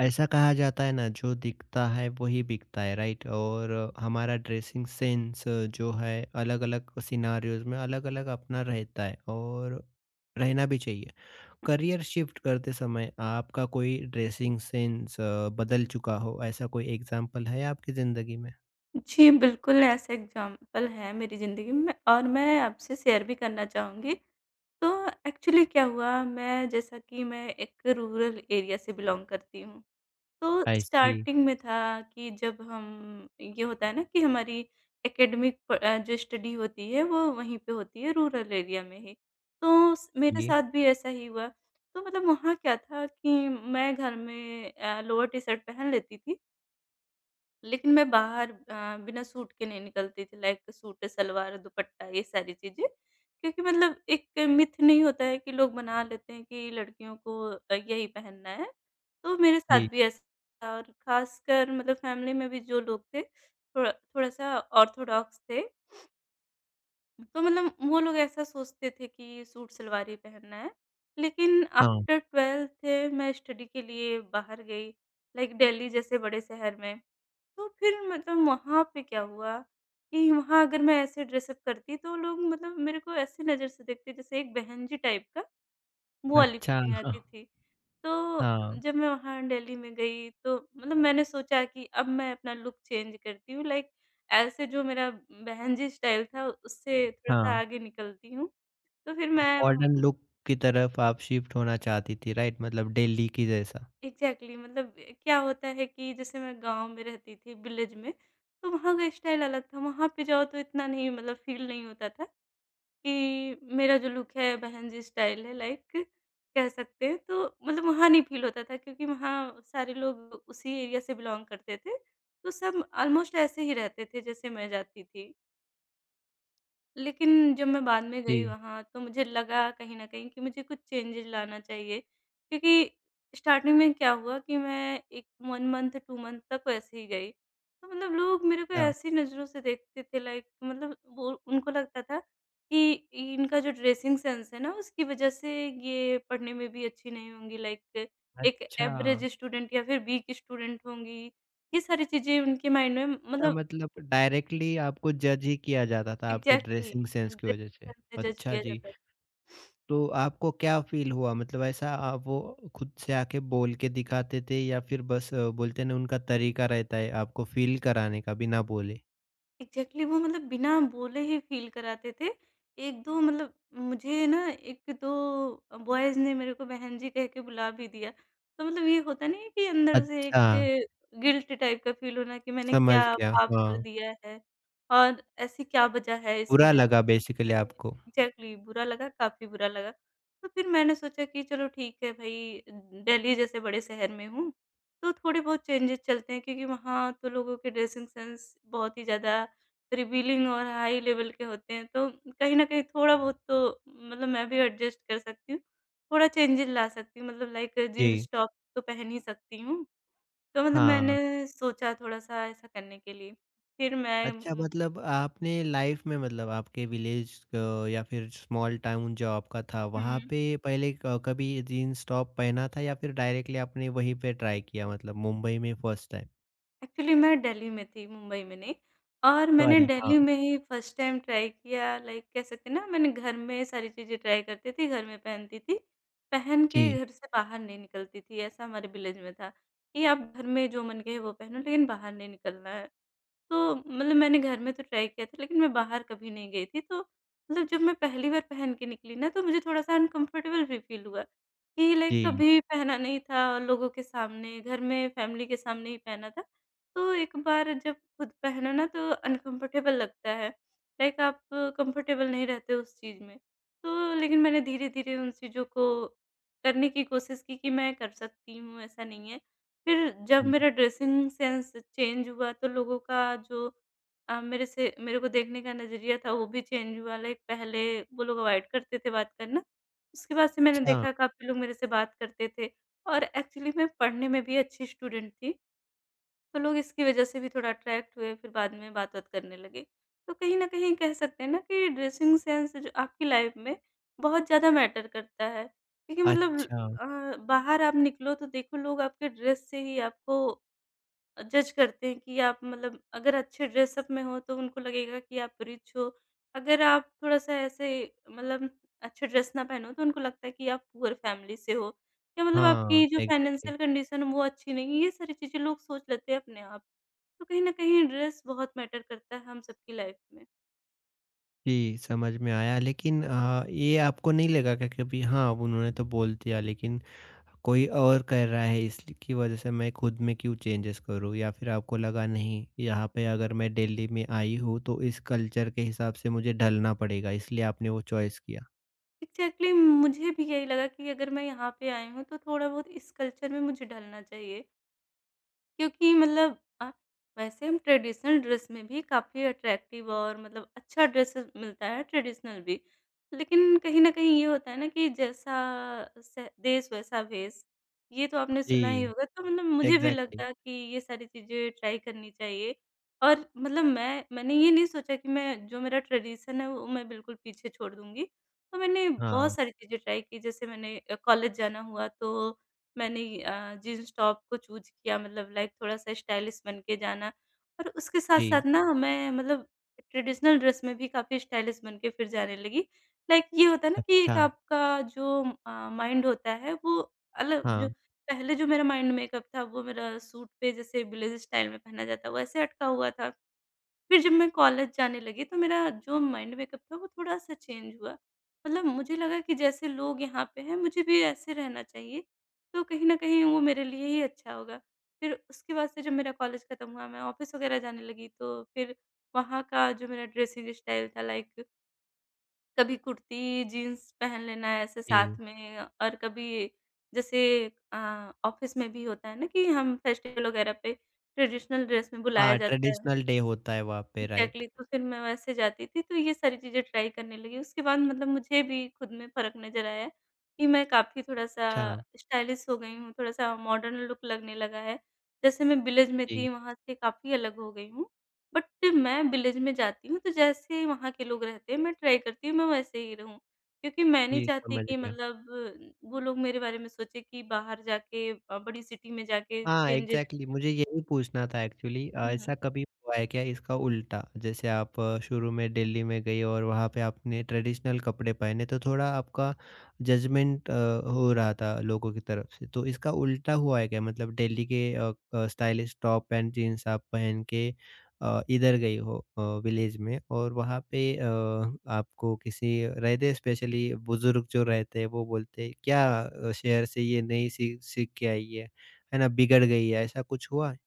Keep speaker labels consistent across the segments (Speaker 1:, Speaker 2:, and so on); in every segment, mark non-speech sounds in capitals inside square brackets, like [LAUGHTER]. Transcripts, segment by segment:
Speaker 1: ऐसा कहा जाता है ना, जो दिखता है वही बिकता है राइट। और हमारा ड्रेसिंग सेंस जो है अलग अलग सिनारियोज में अलग अलग अपना रहता है और रहना भी चाहिए। करियर शिफ्ट करते समय आपका कोई ड्रेसिंग सेंस बदल चुका हो ऐसा कोई एग्जांपल है आपकी ज़िंदगी में?
Speaker 2: जी, बिल्कुल ऐसे एग्ज़ाम्पल हैं मेरी ज़िंदगी में और मैं आपसे शेयर भी करना चाहूँगी। तो एक्चुअली क्या हुआ, मैं जैसा कि मैं एक रूरल एरिया से बिलॉन्ग करती हूँ। तो
Speaker 1: आई सी।
Speaker 2: स्टार्टिंग में था कि जब हम ये होता है ना कि हमारी एकेडमिक जो स्टडी होती है वो वहीं पे होती है रूरल एरिया में ही। तो स मेरे
Speaker 1: जी,
Speaker 2: साथ भी ऐसा ही हुआ। तो मतलब वहाँ क्या था कि मैं घर में लोअर टी-शर्ट पहन लेती थी, लेकिन मैं बाहर बिना सूट के नहीं निकलती थी, लाइक सूट, सलवार, दुपट्टा ये सारी चीज़ें। क्योंकि मतलब एक मिथ नहीं होता है कि लोग बना लेते हैं कि लड़कियों को यही पहनना है। तो मेरे साथ
Speaker 1: जी।
Speaker 2: भी ऐसा था, और ख़ासकर मतलब फैमिली में भी जो लोग थे थोड़ा थोड़ा-सा ऑर्थोडॉक्स थे। तो मतलब वो लोग ऐसा सोचते थे कि सूट, सलवार ही पहनना है। लेकिन
Speaker 1: हाँ,
Speaker 2: आफ्टर 12th मैं स्टडी के लिए बाहर गई, लाइक दिल्ली जैसे बड़े शहर में। तो फिर मतलब वहाँ पे क्या हुआ कि वहाँ अगर मैं ऐसे ड्रेसअप करती तो लोग मतलब मेरे को ऐसी नज़र से देखते जैसे एक बहन जी टाइप का, वो वाली
Speaker 1: अच्छा।
Speaker 2: फीलिंग आती
Speaker 1: [LAUGHS]
Speaker 2: थी। तो
Speaker 1: हाँ,
Speaker 2: जब मैं वहाँ दिल्ली में गई तो मतलब मैंने सोचा कि अब मैं अपना लुक चेंज करती हूँ, लाइक ऐसे जो मेरा बहन जी स्टाइल था उससे थोड़ा-सा
Speaker 1: हाँ।
Speaker 2: आगे निकलती हूँ। तो फिर मैं वहाँ
Speaker 1: मॉडर्न लुक की तरफ आप शिफ्ट होना चाहती थी राइट मतलब दिल्ली की जैसा?
Speaker 2: एग्ज़ैक्टली, मतलब क्या होता है कि जैसे मैं गाँव में रहती थी, विलेज में, तो वहाँ का स्टाइल अलग था। वहाँ पे जाओ तो इतना नहीं, मतलब फ़ील नहीं होता था कि मेरा जो लुक है बहन जी स्टाइल है, लाइक कह सकते हैं। तो मतलब वहाँ नहीं फ़ील होता था क्योंकि वहाँ सारे लोग उसी एरिया से बिलॉन्ग करते थे। तो सब ऑलमोस्ट ऐसे ही रहते थे जैसे मैं जाती थी। लेकिन जब मैं बाद में
Speaker 1: जी।
Speaker 2: गई वहाँ तो मुझे लगा कहीं न कहीं कि मुझे कुछ चेंजेज़ लाना चाहिए, क्योंकि स्टार्टिंग में क्या हुआ कि मैं एक 1 मंथ 2 मंथ तक वैसे ही गई। तो मतलब लोग मेरे को ऐसी नज़रों से देखते थे, लाइक मतलब वो, उनको लगता था कि इनका जो ड्रेसिंग सेंस है ना उसकी वज़ह से ये पढ़ने में भी अच्छी नहीं होंगी, लाइक एक
Speaker 1: अच्छा।
Speaker 2: एवरेज स्टूडेंट या फिर वीक स्टूडेंट होंगी। ये सारी चीज़ें उनके माइंड में,
Speaker 1: अच्छा
Speaker 2: मतलब।
Speaker 1: मतलब डायरेक्टली आपको जज ही किया जाता था आपके
Speaker 2: एग्ज़ैक्टली।
Speaker 1: ड्रेसिंग सेंस
Speaker 2: ड्रेसिंग
Speaker 1: की वज़ह से।
Speaker 2: सेंस से जज
Speaker 1: अच्छा
Speaker 2: किया
Speaker 1: जी,
Speaker 2: जाता था।
Speaker 1: तो आपको क्या फ़ील हुआ? मतलब ऐसा वो खुद से आके बोल के दिखाते थे या फिर बस बोलते हैं ना उनका तरीका रहता है आपको फ़ील कराने का बिना बोले?
Speaker 2: एग्ज़ैक्टली, वो मतलब बिना बोले ही फ़ील कराते थे। 1-2, मतलब मुझे ना 1-2 बॉयज़ ने मेरे को बहन जी कह के बुला भी दिया। तो मतलब ये होता नहीं है कि अंदर से
Speaker 1: अच्छा,
Speaker 2: एक गिल्ट टाइप का फ़ील होना कि मैंने
Speaker 1: समझ
Speaker 2: क्या
Speaker 1: गया।
Speaker 2: पाप कर
Speaker 1: हाँ,
Speaker 2: दिया है, और ऐसी क्या वजह है। इस
Speaker 1: बुरा
Speaker 2: वजह
Speaker 1: लगा बेसिकली आपको।
Speaker 2: एग्ज़ैक्टली, बुरा लगा, काफ़ी बुरा लगा। तो फिर मैंने सोचा कि चलो ठीक है भई, दिल्ली जैसे बड़े शहर में हूँ, तो थोड़े बहुत चेंजेज़ चलते हैं क्योंकि वहाँ तो लोगों के ड्रेसिंग सेंस बहुत ही ज़्यादा रिवीलिंग और हाई लेवल के होते हैं। तो कहीं न कहीं थोड़ा बहुत तो मतलब मैं भी एडजस्ट कर सकती हूँ, थोड़ा चेंजेज़ ला सकती हूँ, मतलब लाइक
Speaker 1: जी,
Speaker 2: जीन्स टॉप तो पहन ही सकती हूँ। तो मतलब
Speaker 1: हाँ।
Speaker 2: मैंने सोचा थोड़ा-सा ऐसा करने के लिए। फिर
Speaker 1: अच्छा
Speaker 2: मैं
Speaker 1: मतलब आपने लाइफ में मतलब आपके विलेज या फिर स्मॉल टाउन जो आपका था वहाँ
Speaker 2: हुँ।
Speaker 1: पे पहले कभी जीन्स टॉप पहना था या फिर डायरेक्टली आपने वहीं पे ट्राई किया मतलब मुंबई में फर्स्ट टाइम।
Speaker 2: एक्चुअली मैं दिल्ली में थी, मुंबई में नहीं, और मैंने
Speaker 1: सॉरी। हाँ।
Speaker 2: दिल्ली में ही फर्स्ट टाइम ट्राई किया, लाइक कह सकते हैं ना मैंने घर में सारी चीज़ें ट्राई करती थी, घर में पहनती थी। पहन के
Speaker 1: जी।
Speaker 2: घर से बाहर नहीं निकलती थी, ऐसा हमारे विलेज में था कि आप घर में जो मन कहे वो पहनो लेकिन बाहर नहीं निकलना है। तो मतलब मैंने घर में तो ट्राई किया था, लेकिन मैं बाहर कभी नहीं गई थी। तो मतलब जब मैं पहली बार पहन के निकली ना तो मुझे थोड़ा-सा अनकम्फर्टेबल भी फ़ील हुआ कि लाइक
Speaker 1: जी।
Speaker 2: कभी भी पहना नहीं था और लोगों के सामने, घर में फैमिली के सामने ही पहना था। तो एक बार जब खुद पहनो ना तो अनकम्फर्टेबल लगता है। लाइक आप कम्फर्टेबल नहीं रहते उस चीज़ में। तो लेकिन मैंने धीरे-धीरे उन चीज़ों को करने की कोशिश की कि मैं कर सकती हूँ, ऐसा नहीं है। फिर जब
Speaker 1: हम्म,
Speaker 2: मेरा ड्रेसिंग सेंस चेंज हुआ तो लोगों का जो मेरे से मेरे को देखने का नज़रिया था वो भी चेंज हुआ, लाइक पहले वो लोग अवॉइड करते थे बात करना। उसके बाद से मैंने
Speaker 1: अच्छा,
Speaker 2: देखा काफ़ी लोग मेरे से बात करते थे, और एक्चुअली मैं पढ़ने में भी अच्छी स्टूडेंट थी। तो लोग इसकी वजह से भी थोड़ा अट्रैक्ट हुए, फिर बाद में बात-वात करने लगे। तो कहीं न कहीं कह सकते हैं ना कि ड्रेसिंग सेंस जो आपकी लाइफ़ में बहुत ज़्यादा मैटर करता है। क्योंकि मतलब
Speaker 1: अच्छा।
Speaker 2: बाहर आप निकलो तो देखो लोग आपके ड्रेस से ही आपको जज करते हैं कि आप, मतलब अगर अच्छे ड्रेसअप में हो तो उनको लगेगा कि आप रिच हो। अगर आप थोड़ा-सा ऐसे, मतलब अच्छे ड्रेस ना पहनो तो उनको लगता है कि आप पुअर फैमिली से हो, या मतलब आपकी
Speaker 1: हाँ,
Speaker 2: जो
Speaker 1: एग्जैक्टली।
Speaker 2: फाइनेंशियल कंडीशन है वो अच्छी नहीं है, ये सारी चीज़ें लोग सोच लेते हैं अपने आप। तो कहीं न कहीं ड्रेस बहुत मैटर करता है हम सबकी लाइफ में।
Speaker 1: जी, समझ में आया लेकिन ये आपको नहीं लगा क्या कभी हाँ, अब उन्होंने तो बोल दिया लेकिन कोई और कर रहा है इसकी वजह से मैं खुद में क्यों चेंजेस करूँ? या फिर आपको लगा नहीं यहाँ पे अगर मैं दिल्ली में आई हूँ तो इस कल्चर के हिसाब से मुझे ढलना पड़ेगा इसलिए आपने वो चॉइस किया?
Speaker 2: एग्ज़ैक्टली, मुझे भी यही लगा कि अगर मैं यहाँ पे आई हूँ तो थोड़ा बहुत इस कल्चर में मुझे ढलना चाहिए। क्योंकि मतलब वैसे हम ट्रेडिशनल ड्रेस में भी काफ़ी अट्रैक्टिव और मतलब अच्छा ड्रेस मिलता है ट्रेडिशनल भी। लेकिन कहीं न कहीं ये होता है ना कि जैसा स देश वैसा भेष, ये तो आपने सुना ही
Speaker 1: जी,
Speaker 2: होगा। तो मतलब मुझे भी
Speaker 1: एग्ज़ैक्टली।
Speaker 2: लगा कि ये सारी चीज़ें ट्राई करनी चाहिए, और मतलब मैंने ये नहीं सोचा कि मैं जो मेरा ट्रेडिशन है वो मैं बिल्कुल पीछे छोड़ दूँगी। तो मैंने बहुत
Speaker 1: हाँ,
Speaker 2: सारी चीज़ें ट्राई की जैसे मैंने कॉलेज जाना हुआ तो मैंने जीन्स टॉप को चूज़ किया, मतलब लाइक थोड़ा-सा स्टाइलिश बन के जाना, और उसके साथ-साथ
Speaker 1: जी,
Speaker 2: ना मैं मतलब ट्रेडिशनल ड्रेस में भी काफ़ी स्टाइलिश बन के फिर जाने लगी। लाइक ये होता है ना कि एक
Speaker 1: अच्छा,
Speaker 2: आपका जो माइंड होता है वो अलग, जो
Speaker 1: हाँ,
Speaker 2: पहले जो मेरा माइंड मेकअप था वो मेरा सूट पे जैसे विलेज स्टाइल में पहना जाता है वैसे अटका हुआ था। फिर जब मैं कॉलेज जाने लगी तो मेरा जो माइंड मेकअप था वो थोड़ा-सा चेंज हुआ। मतलब मुझे लगा कि जैसे लोग यहाँ पे हैं मुझे भी ऐसे रहना चाहिए, तो कहीं न कहीं वो मेरे लिए ही अच्छा होगा। फिर उसके बाद से जब मेरा कॉलेज खत्म हुआ, मैं ऑफ़िस वगैरह जाने लगी, तो फिर वहाँ का जो मेरा ड्रेसिंग स्टाइल था, लाइक कभी कुर्ती, जीन्स पहन लेना ऐसे साथ
Speaker 1: जी।
Speaker 2: में, और कभी जैसे ऑफ़िस में भी होता है ना कि हम फेस्टिवल वगैरह पे ट्रेडिशनल ड्रेस में बुलाया
Speaker 1: हाँ,
Speaker 2: जाता है।
Speaker 1: ट्रेडिशनल डे होता है वहाँ पे राइट।
Speaker 2: एग्ज़ैक्टली, तो फिर मैं वैसे जाती थी, तो ये सारी चीज़ें ट्राई करने लगी। उसके बाद मतलब मुझे भी खुद में फ़र्क नज़र आया कि मैं काफ़ी थोड़ा-सा
Speaker 1: अच्छा,
Speaker 2: स्टाइलिश हो गई हूँ, थोड़ा-सा मॉडर्न लुक लगने लगा है। जैसे मैं विलेज में
Speaker 1: जी,
Speaker 2: थी, वहाँ से काफ़ी अलग हो गई हूँ। बट मैं विलेज में जाती हूँ, तो जैसे वहाँ के लोग रहते हैं, मैं ट्राई करती हूँ मैं वैसे ही रहूँ। क्योंकि मैं नहीं
Speaker 1: जी
Speaker 2: चाहती
Speaker 1: समझ
Speaker 2: कि
Speaker 1: गया।
Speaker 2: मतलब वो लोग मेरे बारे में सोचें कि बाहर जाके बड़ी सिटी में जाके
Speaker 1: हाँ,
Speaker 2: चेंजेज़।
Speaker 1: एग्ज़ैक्टली मुझे यही पूछना था एक्चुअली
Speaker 2: हुँ, हुँ।
Speaker 1: ऐसा कभी हुआ है क्या इसका उल्टा? जैसे आप शुरू में दिल्ली में गए और वहाँ पे आपने ट्रेडिशनल कपड़े पहने तो थोड़ा आपका जजमेंट हो रहा था लोगों की तरफ से। तो इसका उल्टा हुआ है क्या? मतलब दिल्ली के स्टाइलिश टॉप एंड जीन्स आप पहन के इधर गई हो विलेज में और वहाँ पे आपको किसी रहते स्पेशली बुज़ुर्ग जो रहते हैं वो बोलते हैं, "क्या शहर से ये नई सी सीख के आई है?" है ना, बिगड़ गई है, ऐसा कुछ हुआ है?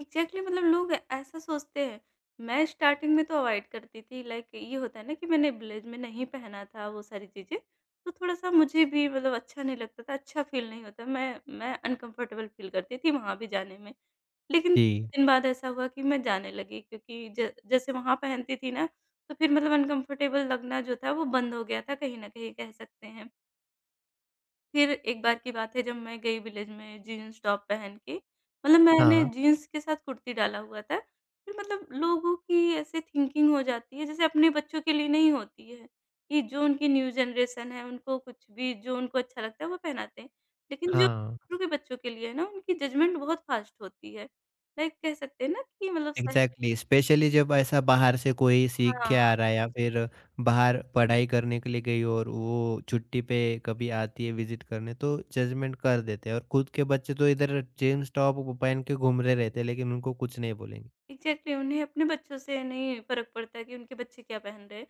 Speaker 2: एग्ज़ैक्टली, मतलब लोग ऐसा सोचते हैं। मैं स्टार्टिंग में तो अवॉइड करती थी, लाइक ये होता है ना कि मैंने ब्लेज़ में नहीं पहना था वो सारी चीज़ें, तो थोड़ा-सा मुझे भी मतलब अच्छा नहीं लगता था, अच्छा फ़ील नहीं होता। मैं अनकम्फ़र्टेबल फ़ील करती थी वहाँ भी जाने में। लेकिन कुछ
Speaker 1: जी।
Speaker 2: दिन बाद ऐसा हुआ कि मैं जाने लगी क्योंकि ज जैसे वहाँ पहनती थी ना, तो फिर मतलब अनकम्फ़र्टेबल लगना जो था वो बंद हो गया था कहीं न कहीं कह सकते हैं। फिर एक बार की बात है जब मैं गई विलेज में जीन्स टॉप पहन के, मतलब मैंने
Speaker 1: हाँ,
Speaker 2: जीन्स के साथ कुर्ती डाला हुआ था। फिर मतलब लोगों की ऐसे थिंकिंग हो जाती है जैसे अपने बच्चों के लिए नहीं होती है, कि जो उनकी न्यू जनरेशन है उनको कुछ भी जो उनको अच्छा लगता है वो पहनाते हैं। लेकिन जो
Speaker 1: हाँ।
Speaker 2: दूसरों के बच्चों के लिए है ना उनकी जजमेंट बहुत फास्ट होती है। लाइक कह सकते हैं ना कि मतलब सह
Speaker 1: एग्ज़ैक्टली, स्पेशली जब ऐसा बाहर से कोई सीख के
Speaker 2: हाँ।
Speaker 1: आ रहा है या फिर बाहर पढ़ाई करने के लिए गई और वो छुट्टी पे कभी आती है विज़िट करने तो जजमेंट कर देते हैं और खुद के बच्चे तो इधर जीन्स टॉप पहन के घूम रहे रहते हैं लेकिन उनको कुछ नहीं बोलेंगे।
Speaker 2: एग्जैक्टली exactly, उन्हें अपने बच्चों से नहीं फ़र्क पड़ता है कि उनके बच्चे क्या पहन रहे हैं।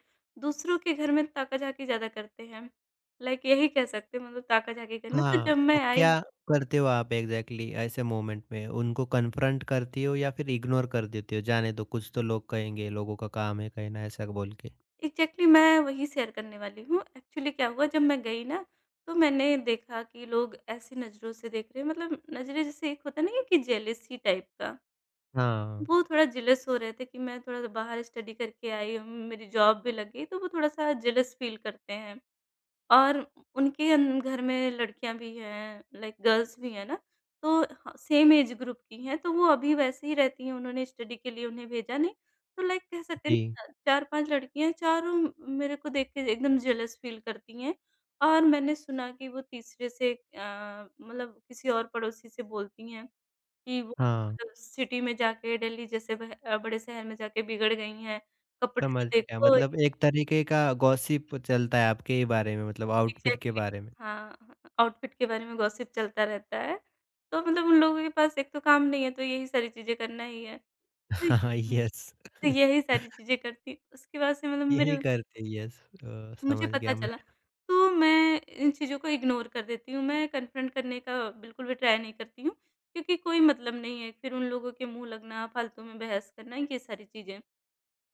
Speaker 2: दूसरों के घर में ताका-झाकी ज़्यादा करते हैं। लाइक यही कह सकते हैं मतलब ताका-झाकी करना। तो
Speaker 1: हाँ।
Speaker 2: जब
Speaker 1: तो
Speaker 2: मैं आई
Speaker 1: क्या करते हो आप एग्ज़ैक्टली ऐसे मोमेंट में? उनको कन्फ्रंट करती हो या फिर इग्नोर कर देते हो? जाने दो कुछ तो लोग कहेंगे, लोगों का काम है कहना ऐसा बोल के?
Speaker 2: एग्जैक्टली exactly, मैं वही शेयर करने वाली हूँ। एक्चुअली क्या हुआ जब मैं गई ना तो मैंने देखा कि लोग ऐसी नज़रों से देख रहे हैं, मतलब नज़रें, जैसे एक होता नहीं है ना कि जेलसी टाइप का।
Speaker 1: हाँ,
Speaker 2: वो थोड़ा जेलस हो रहे थे कि मैं थोड़ा बाहर स्टडी करके आई हूँ, मेरी जॉब भी लग गई तो वो थोड़ा-सा जेलस फ़ील करते हैं। और उनके अन घर में लड़कियाँ भी हैं, लाइक गर्ल्स भी हैं ना, तो ह सेम एज ग्रुप की हैं, तो वो अभी वैसे ही रहती हैं, उन्होंने स्टडी के लिए उन्हें भेजा नहीं। तो लाइक कह सकते हैं
Speaker 1: जी।
Speaker 2: ना 4-5 लड़कियाँ, चारों मेरे को देख के एकदम जेलस फील करती हैं। और मैंने सुना कि वो तीसरे से मतलब किसी और पड़ोसी से बोलती हैं कि वो
Speaker 1: हाँ,
Speaker 2: मतलब सिटी में जाके दिल्ली जैसे बड़े शहर में जाके बिगड़ गई हैं, कपड़े तो
Speaker 1: समझ गया
Speaker 2: [LAUGHS] देखो
Speaker 1: मतलब एक तरीके का गॉसिप चलता है आपके ही बारे में मतलब आउटफिट के
Speaker 2: एग्ज़ैक्टली।
Speaker 1: बारे में।
Speaker 2: हाँ, आउटफिट के बारे में गॉसिप चलता रहता है। तो मतलब उन लोगों के पास एक तो काम नहीं है, तो यही सारी चीज़ें करना ही है। तो
Speaker 1: [LAUGHS] हाँ,
Speaker 2: हुँ,
Speaker 1: यस।
Speaker 2: तो यही सारी
Speaker 1: [LAUGHS]
Speaker 2: चीज़ें करती उसके बाद से मतलब मेरे
Speaker 1: यही करते हैं यस।
Speaker 2: मुझे
Speaker 1: समझ
Speaker 2: पता
Speaker 1: गया मैं।
Speaker 2: चला, तो मैं इन चीज़ों को इग्नोर कर देती हूँ। मैं कन्फ्रंट करने का बिल्कुल भी ट्राई नहीं करती हूँ, क्योंकि कोई मतलब नहीं है। फिर उन लोगों के मुँह लगना, फालतू में बहस करना, ये सारी चीज़ें।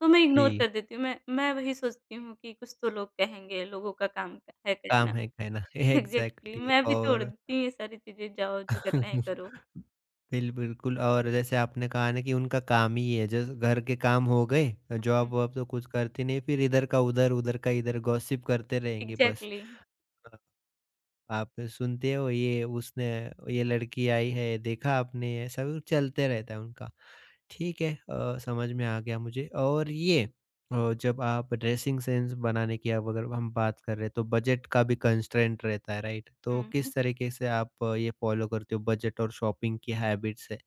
Speaker 2: तो मैं इग्नोर
Speaker 1: जी,
Speaker 2: कर देती हूँ। मैं वही सोचती हूँ कि कुछ तो लोग कहेंगे, लोगों का काम है
Speaker 1: काम
Speaker 2: कहना।
Speaker 1: है कहना। [LAUGHS]
Speaker 2: एग्ज़ैक्टली
Speaker 1: एग्ज़ैक्टली
Speaker 2: मैं भी
Speaker 1: और।
Speaker 2: छोड़ती ये सारी चीज़ें, जाओ जो करना है करो।
Speaker 1: [LAUGHS] बिल्कुल और जैसे आपने कहा ना कि उनका काम ही है जैसे घर के काम हो गए,
Speaker 2: हुँ,
Speaker 1: जॉब वॉब तो कुछ करते नहीं फिर इधर का उधर, उधर का इधर गॉसिप करते रहेंगे बस।
Speaker 2: एग्ज़ैक्टली।
Speaker 1: आप सुनते हो ये उसने ये लड़की आई है देखा आपने ऐसा भी चलते रहता है उनका। ठीक है। समझ में आ गया मुझे और ये जब आप ड्रेसिंग सेंस बनाने की अब अगर हम बात कर रहे हैं तो बजट का भी कंस्ट्रेंट रहता है राइट तो
Speaker 2: हुँ, हुँ,
Speaker 1: किस तरीके से आप ये फॉलो करते हो बजट और शॉपिंग की हैबिट्स है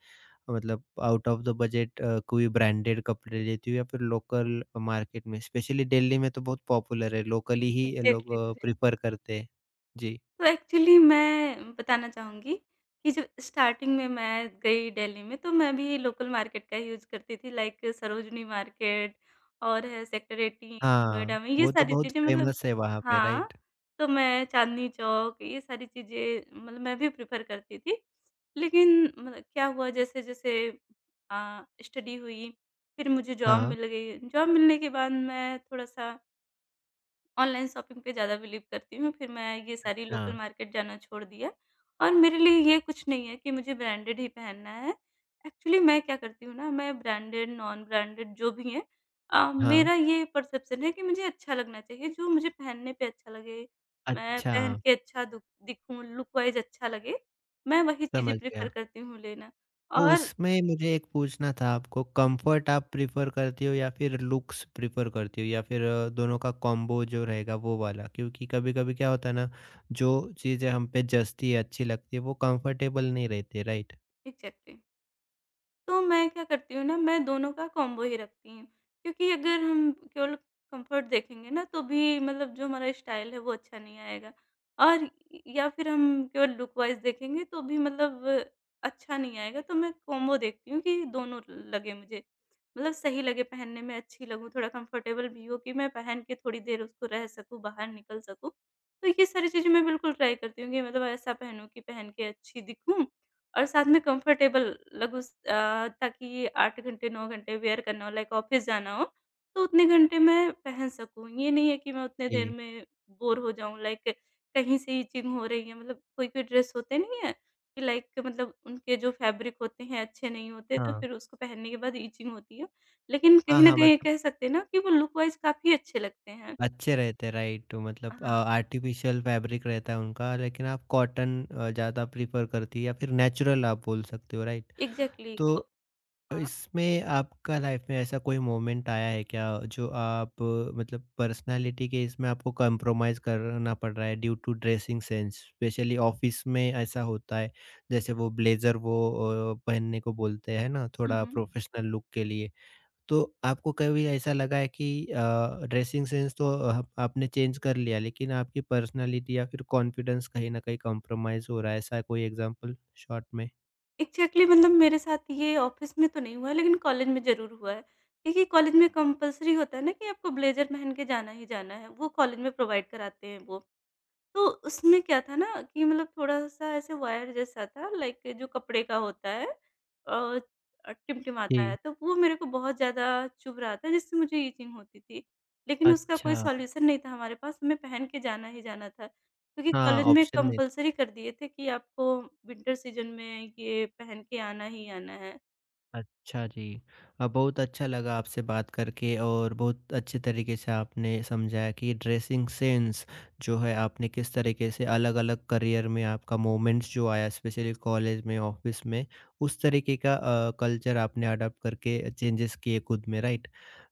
Speaker 1: मतलब आउट ऑफ द बजट कोई ब्रांडेड कपड़े लेती हो या फिर लोकल मार्केट में स्पेशली दिल्ली में तो बहुत पॉपुलर है लोकली ही लोग
Speaker 2: एग्ज़ैक्टली।
Speaker 1: प्रिफर करते हैं जी।
Speaker 2: तो एक्चुअली मैं बताना चाहूँगी कि जब स्टार्टिंग में मैं गई दिल्ली में, तो मैं भी लोकल मार्केट का यूज़ करती थी लाइक सरोजनी मार्केट और है सेक्टर 18
Speaker 1: हाँ,
Speaker 2: नोएडा में ये
Speaker 1: वो तो
Speaker 2: सारी
Speaker 1: बहुत
Speaker 2: चीज़ें मतलब।
Speaker 1: फ़ेमस है वहाँ पे
Speaker 2: हाँ,
Speaker 1: राइट?
Speaker 2: तो मैं चांदनी चौक ये सारी चीज़ें मतलब मैं भी प्रेफ़र करती थी। लेकिन मतलब क्या हुआ जैसे-जैसे स्टडी हुई, फिर मुझे जॉब
Speaker 1: हाँ,
Speaker 2: मिल गई। जॉब मिलने के बाद मैं थोड़ा-सा ऑनलाइन शॉपिंग पे ज़्यादा बिलीव करती हूँ, फिर मैं ये सारी लोकल
Speaker 1: हाँ,
Speaker 2: मार्केट जाना छोड़ दिया। और मेरे लिए ये कुछ नहीं है कि मुझे ब्रांडेड ही पहनना है। एक्चुअली मैं क्या करती हूँ ना, मैं ब्रांडेड, नॉन ब्रांडेड जो भी है
Speaker 1: हाँ।
Speaker 2: मेरा ये परसेप्शन है कि मुझे अच्छा लगना चाहिए, जो मुझे पहनने पे अच्छा लगे, मैं
Speaker 1: अच्छा,
Speaker 2: पहन के अच्छा दुख दिखूँ, लुक वाइज़ अच्छा लगे, मैं वही चीज़ें
Speaker 1: समझ
Speaker 2: प्रेफ़र
Speaker 1: गया।
Speaker 2: करती हूँ लेना।
Speaker 1: तो
Speaker 2: और
Speaker 1: उसमें मुझे एक पूछना था आपको
Speaker 2: हुँ,
Speaker 1: कंफर्ट आप प्रेफ़र करती हो या फिर लुक्स प्रेफ़र करती हो या फिर दोनों का कॉम्बो जो रहेगा वो वाला? क्योंकि कभी-कभी क्या होता है ना, जो चीज़ें हम पे जचती है, अच्छी लगती है वो कंफर्टेबल नहीं रहती राइट?
Speaker 2: एक्ज़ैक्टली। तो मैं क्या करती हूँ ना, मैं दोनों का कॉम्बो ही रखती हूँ। क्योंकि अगर हम केवल कम्फर्ट देखेंगे ना, तो भी मतलब जो हमारा स्टाइल है, वो अच्छा नहीं आएगा। और या फिर हम केवल लुक वाइज़ देखेंगे, तो भी मतलब अच्छा नहीं आएगा। तो मैं कॉम्बो देखती हूँ कि दोनों लगे मुझे। मतलब सही लगे पहनने में, अच्छी लगूँ, थोड़ा कंफर्टेबल भी हो कि मैं पहन के थोड़ी देर उसको रह सकूँ, बाहर निकल सकूँ। तो ये सारी चीज़ें मैं बिल्कुल ट्राई करती हूँ कि मतलब ऐसा पहनूँ कि पहन के अच्छी दिखूँ और साथ में कंफर्टेबल लग उस अ, ताकि 8 घंटे 9 घंटे वियर करना हो लाइक ऑफ़िस जाना हो, तो उतने घंटे मैं पहन सकूँ। ये नहीं है कि मैं उतने देर
Speaker 1: जी,
Speaker 2: में बोर हो जाऊँ लाइक कहीं से इचिंग हो रही है मतलब कोई-कोई ड्रेस होते नहीं हैं कि लाइक मतलब उनके जो फैब्रिक होते हैं अच्छे नहीं होते तो
Speaker 1: हाँ।
Speaker 2: फिर उसको पहनने के बाद इचिंग होती है। लेकिन
Speaker 1: हाँ,
Speaker 2: कहीं न
Speaker 1: हाँ,
Speaker 2: कहीं
Speaker 1: मतलब
Speaker 2: कह सकते हैं ना कि वो लुक वाइज़ काफ़ी अच्छे लगते हैं।
Speaker 1: अच्छे रहते राइट मतलब
Speaker 2: हाँ,
Speaker 1: आर्टिफिशियल फैब्रिक रहता है उनका लेकिन आप कॉटन ज़्यादा प्रीफर करती है या फिर नेचुरल आप बोल सकते हो राइट।
Speaker 2: एग्ज़ैक्टली।
Speaker 1: तो
Speaker 2: हाँ।
Speaker 1: इसमें आपका लाइफ में ऐसा कोई मोमेंट आया है क्या जो आप मतलब पर्सनालिटी के इसमें आपको कंप्रोमाइज़ करना पड़ रहा है due to dressing sense specially office में ऐसा होता है जैसे वो ब्लेजर वो पहनने को बोलते हैं ना
Speaker 2: हुँ,
Speaker 1: थोड़ा
Speaker 2: हुँ।
Speaker 1: प्रोफेशनल लुक के लिए। तो आपको कभी ऐसा लगा है कि ड्रेसिंग सेंस तो आपने चेंज कर लिया लेकिन आपकी पर्सनालिटी या फिर कॉन्फिडेंस कहीं न कहीं कॉम्प्रोमाइज़ हो रहा है, ऐसा कोई एग्ज़ाम्पल शॉर्ट में?
Speaker 2: एग्ज़ैक्टली मतलब मेरे साथ ये ऑफ़िस में तो नहीं हुआ है, लेकिन कॉलेज में ज़रूर हुआ है। क्योंकि कॉलेज में कंपल्सरी होता है ना कि आपको ब्लेज़र पहन के जाना ही जाना है, वो कॉलेज में प्रोवाइड कराते हैं वो। तो उसमें क्या था ना कि मतलब थोड़ा-सा ऐसे वायर जैसा था लाइक जो कपड़े का होता है अ, टिमटिमाता है,
Speaker 1: जी,
Speaker 2: तो वो मेरे को बहुत ज़्यादा चुभ रहा था जिससे मुझे इचिंग होती थी। लेकिन उसका कोई
Speaker 1: अच्छा।
Speaker 2: सॉल्यूशन नहीं था हमारे पास, हमें पहन के जाना ही जाना था क्योंकि
Speaker 1: हाँ,
Speaker 2: कॉलेज में
Speaker 1: ऑप्शन नहीं था।
Speaker 2: कंपल्सरी कर दिए थे कि आपको विंटर सीज़न में ये पहन के आना ही आना है।
Speaker 1: अच्छा जी। बहुत अच्छा लगा आपसे बात करके और बहुत अच्छे तरीके से आपने समझाया कि ड्रेसिंग सेंस जो है आपने किस तरीके से अलग-अलग करियर में आपका मोमेंट्स जो आया स्पेशली कॉलेज में, ऑफिस में उस तरीके का कल्चर आपने अडॉप्ट करके चेंजेस किए खुद में राइट।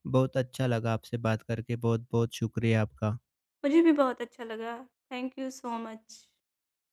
Speaker 1: बहुत अच्छा लगा आपसे बात करके, बहुत-बहुत शुक्रिया आपका।
Speaker 2: मुझे भी बहुत अच्छा लगा। Thank you so much.